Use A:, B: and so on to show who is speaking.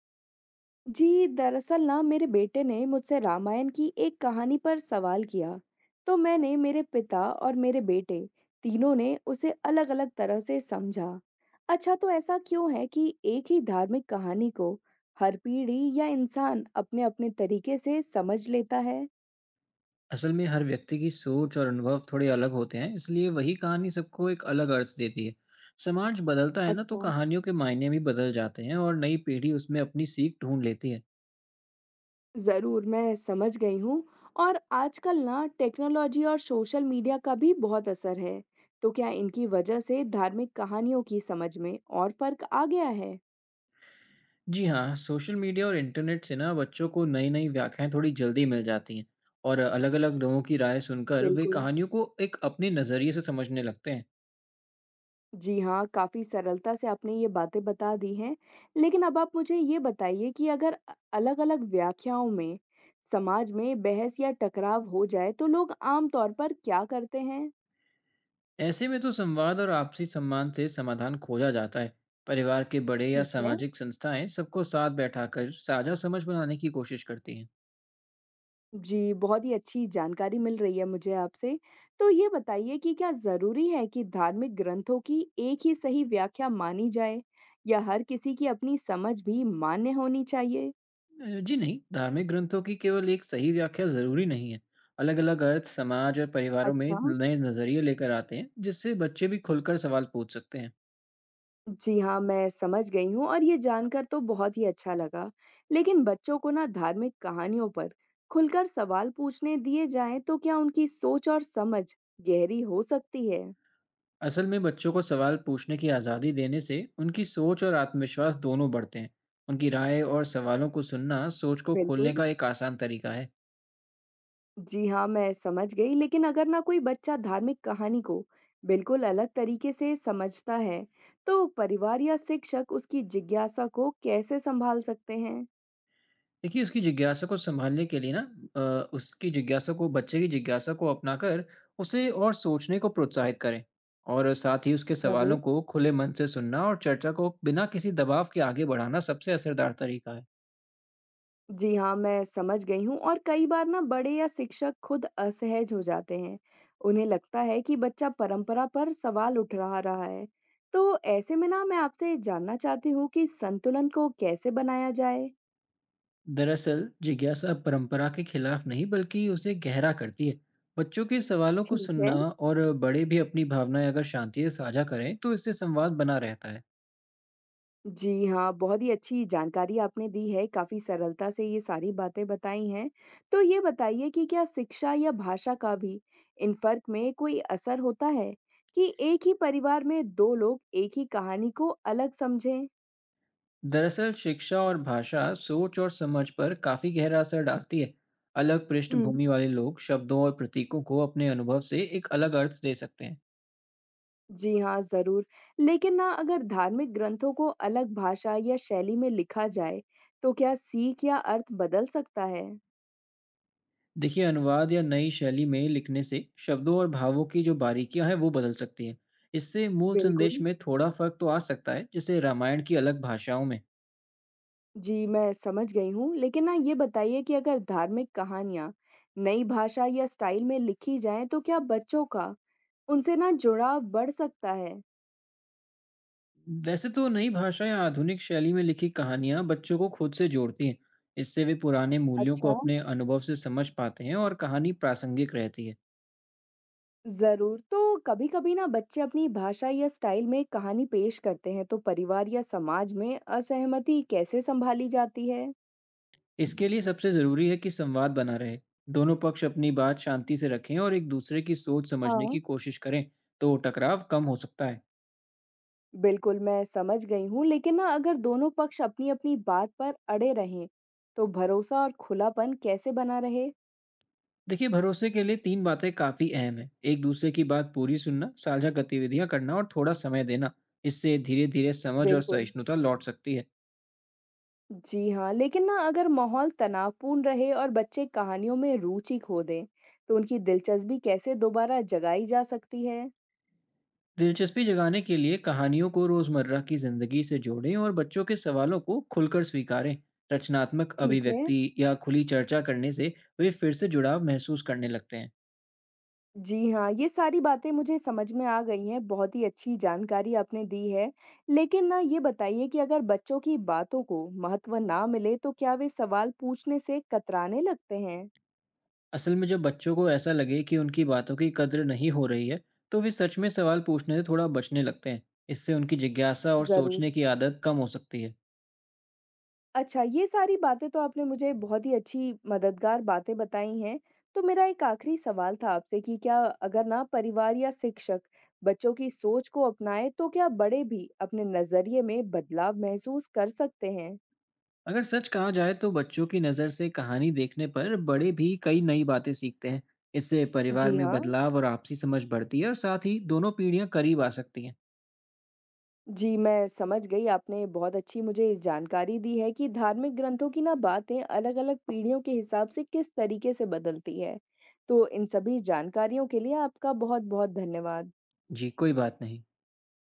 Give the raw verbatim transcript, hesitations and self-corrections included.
A: जी दरअसल ना मेरे बेटे ने मुझसे रामायण की एक कहानी पर सवाल किया। तो मैंने मेरे पिता और मेरे बेटे तीनों ने उसे अलग-अलग तरह से समझा। अच्छा, तो ऐसा क्यों है कि एक ही धार्मिक कहानी को हर पीढ़ी या इंसान अपने-अपने तरीके से समझ लेता है?
B: असल में हर व्यक्ति की सोच और अनुभव थोड़े अलग होते हैं, इसलिए वही कहानी सबको एक अलग अर्थ देती है। समाज बदलता है ना, तो
A: अच्छा,
B: कहानियों के मायने भी बदल जाते हैं और नई पीढ़ी उसमें अपनी सीख ढूंढ लेती है।
A: ज़रूर मैं समझ गई हूँ। और आजकल ना टेक्नोलॉजी और सोशल मीडिया का भी बहुत असर है, तो क्या इनकी वजह से धार्मिक कहानियों की समझ में और फर्क आ गया है?
B: जी हाँ, सोशल मीडिया और इंटरनेट से ना बच्चों को नई नई व्याख्याएं थोड़ी जल्दी मिल जाती हैं, और अलग अलग लोगों की राय सुनकर वे
A: बिल्कुल।
B: कहानियों को एक अपने नजरिए से समझने लगते हैं।
A: जी हाँ, काफी सरलता से आपने ये बातें बता दी हैं। लेकिन अब आप मुझे ये बताइए कि अगर अलग-अलग व्याख्याओं में समाज में बहस या टकराव हो जाए तो लोग आम तौर पर क्या करते हैं?
B: ऐसे में तो संवाद और आपसी सम्मान से समाधान खोजा जाता है। परिवार के बड़े या
A: ठीक है।
B: सामाजिक संस्थाएं सबको साथ बैठाकर साझा समझ बनाने की कोशिश करती हैं।
A: जी, बहुत ही अच्छी जानकारी मिल रही है मुझे आपसे। तो ये बताइए कि क्या ज़रूरी है कि धार्मिक ग्रंथों की एक ही सही व्याख्या मानी जाए या हर किसी की अपनी समझ भी मान्य होनी चाहिए?
B: जी नहीं, धार्मिक ग्रंथों की केवल एक सही व्याख्या जरूरी नहीं है। अलग अलग अर्थ समाज और परिवारों में
A: अच्छा।
B: नए नजरिए लेकर आते हैं, जिससे बच्चे भी खुलकर सवाल पूछ सकते हैं।
A: जी हाँ, मैं समझ गई हूँ और ये जानकर तो बहुत ही अच्छा लगा। लेकिन बच्चों को ना धार्मिक कहानियों पर खुलकर सवाल पूछने दिए जाएँ तो क्या उनकी सोच और समझ गहरी हो सकती है?
B: असल में बच्चों को सवाल पूछने की आज़ादी देने से उनकी सोच और आत्मविश्वास दोनों बढ़ते हैं। उनकी राय और सवालों को सुनना सोच को खोलने
A: बिल्कुल।
B: का एक आसान तरीका है।
A: जी हाँ, मैं समझ गई, लेकिन अगर ना कोई बच्चा धार्मिक कहानी को बिल्कुल अलग तरीके से समझता है, तो परिवार या शिक्षक उसकी जिज्ञासा को कैसे संभाल सकते हैं?
B: देखिए, उसकी जिज्ञासा को सँभालने के लिए ना अ, उसकी जिज्ञासा को बच्चे की जिज्ञासा को अपनाकर उसे और सोचने को प्रोत्साहित करें। और साथ ही उसके
A: जरूर।
B: सवालों को खुले मन से सुनना और चर्चा को बिना किसी दबाव के आगे बढ़ाना सबसे असरदार तरीका है।
A: जी हाँ, मैं समझ गई हूँ और कई बार ना बड़े या शिक्षक खुद असहज हो जाते हैं। उन्हें लगता है कि बच्चा परंपरा पर सवाल उठ रहा रहा है। तो ऐसे में ना मैं आपसे जानना चाहती हूँ कि संतुलन को कैसे बनाया जाए?
B: दरअसल, जिज्ञासा परंपरा के खिलाफ नहीं बल्कि उसे गहरा करती है। बच्चों के सवालों को
A: ठीक है।
B: सुनना और बड़े भी अपनी भावनाएं अगर शांति से साझा करें, तो इससे संवाद बना रहता है।
A: जी हाँ, बहुत ही अच्छी जानकारी आपने दी है, काफ़ी सरलता से ये सारी बातें बताई हैं। तो ये बताइए कि क्या शिक्षा या भाषा का भी इन फ़र्क में कोई असर होता है कि एक ही परिवार में दो लोग एक ही कहानी को अलग समझें?
B: दरअसल शिक्षा और भाषा सोच और समझ पर काफी गहरा असर डालती है। अलग
A: हुँ।
B: पृष्ठभूमि वाले लोग शब्दों और प्रतीकों को अपने अनुभव से एक अलग अर्थ दे सकते हैं।
A: जी हाँ, ज़रूर। लेकिन ना अगर धार्मिक ग्रंथों को अलग भाषा या शैली में लिखा जाए, तो क्या सीख या अर्थ बदल सकता है?
B: देखिए, अनुवाद या नई शैली में लिखने से शब्दों और भावों की जो बारीकियां हैं वो बदल सकती हैं। इससे मूल
A: बिल्कुल।
B: संदेश में थोड़ा फर्क तो आ सकता है, जैसे रामायण की अलग भाषाओं में।
A: जी, मैं समझ गई हूँ, लेकिन ना ये बताइए कि अगर धार्मिक कहानियाँ नई भाषा या स्टाइल में लिखी जाएँ, तो क्या बच्चों का उनसे ना जुड़ाव बढ़ सकता है?
B: वैसे तो नई भाषा या आधुनिक शैली में लिखी कहानियां बच्चों को खुद से जोड़ती हैं। इससे वे पुराने मूल्यों
A: अच्छा,
B: को अपने अनुभव से समझ पाते हैं और कहानी प्रासंगिक रहती है।
A: ज़रूर। तो कभी-कभी ना बच्चे अपनी भाषा या स्टाइल में कहानी पेश करते हैं, तो परिवार या समाज में असहमति कैसे संभाली जाती है?
B: इसके लिए सबसे ज़रूरी है कि संवाद बना रहे। दोनों पक्ष अपनी बात शांति से रखें और एक दूसरे की सोच समझने
A: हाँ।
B: की कोशिश करें, तो टकराव कम हो सकता है।
A: बिल्कुल, मैं समझ गई हूँ, लेकिन ना अगर दोनों पक्ष अपनी-अपनी बात पर अड़े रहें, तो भरोसा और खुलापन कैसे बना रहे?
B: देखिए, भरोसे के लिए तीन बातें काफ़ी अहम है। एक दूसरे की बात पूरी सुनना, साझा गतिविधियां करना और थोड़ा समय देना। इससे धीरे धीरे समझ और
A: बिल्कुल।
B: सहिष्णुता लौट सकती है।
A: जी हाँ, लेकिन ना अगर माहौल तनावपूर्ण रहे और बच्चे कहानियों में रुचि खो दें, तो उनकी दिलचस्पी कैसे दोबारा जगाई जा सकती है?
B: दिलचस्पी जगाने के लिए कहानियों को रोज़मर्रा की ज़िंदगी से जोड़ें और बच्चों के सवालों को खुलकर स्वीकारें। रचनात्मक
A: ठीक है।
B: अभिव्यक्ति या खुली चर्चा करने से वे फिर से जुड़ाव महसूस करने लगते हैं।
A: जी हाँ, ये सारी बातें मुझे समझ में आ गई हैं, बहुत ही अच्छी जानकारी आपने दी है। लेकिन ना ये बताइए कि अगर बच्चों की बातों को महत्व ना मिले, तो क्या वे सवाल पूछने से कतराने लगते हैं?
B: असल में जब बच्चों को ऐसा लगे कि उनकी बातों की कद्र नहीं हो रही है, तो वे सच में सवाल पूछने से थोड़ा बचने लगते हैं। इससे उनकी जिज्ञासा और
A: जरूर।
B: सोचने की आदत कम हो सकती है।
A: अच्छा, ये सारी बातें तो आपने मुझे बहुत ही अच्छी मददगार बातें बताई हैं। तो मेरा एक आखिरी सवाल था आपसे कि क्या अगर ना परिवार या शिक्षक बच्चों की सोच को अपनाएँ, तो क्या बड़े भी अपने नज़रिए में बदलाव महसूस कर सकते हैं?
B: अगर सच कहा जाए तो बच्चों की नज़र से कहानी देखने पर बड़े भी कई नई बातें सीखते हैं। इससे परिवार
A: जी
B: में
A: हाँ।
B: बदलाव और आपसी समझ बढ़ती है और साथ ही दोनों पीढ़ियां करीब आ सकती हैं।
A: जी, मैं समझ गई। आपने बहुत अच्छी मुझे जानकारी दी है कि धार्मिक ग्रंथों की ना बातें अलग-अलग पीढ़ियों के हिसाब से किस तरीके से बदलती है। तो इन सभी जानकारियों के लिए आपका बहुत-बहुत धन्यवाद।
B: जी कोई बात नहीं।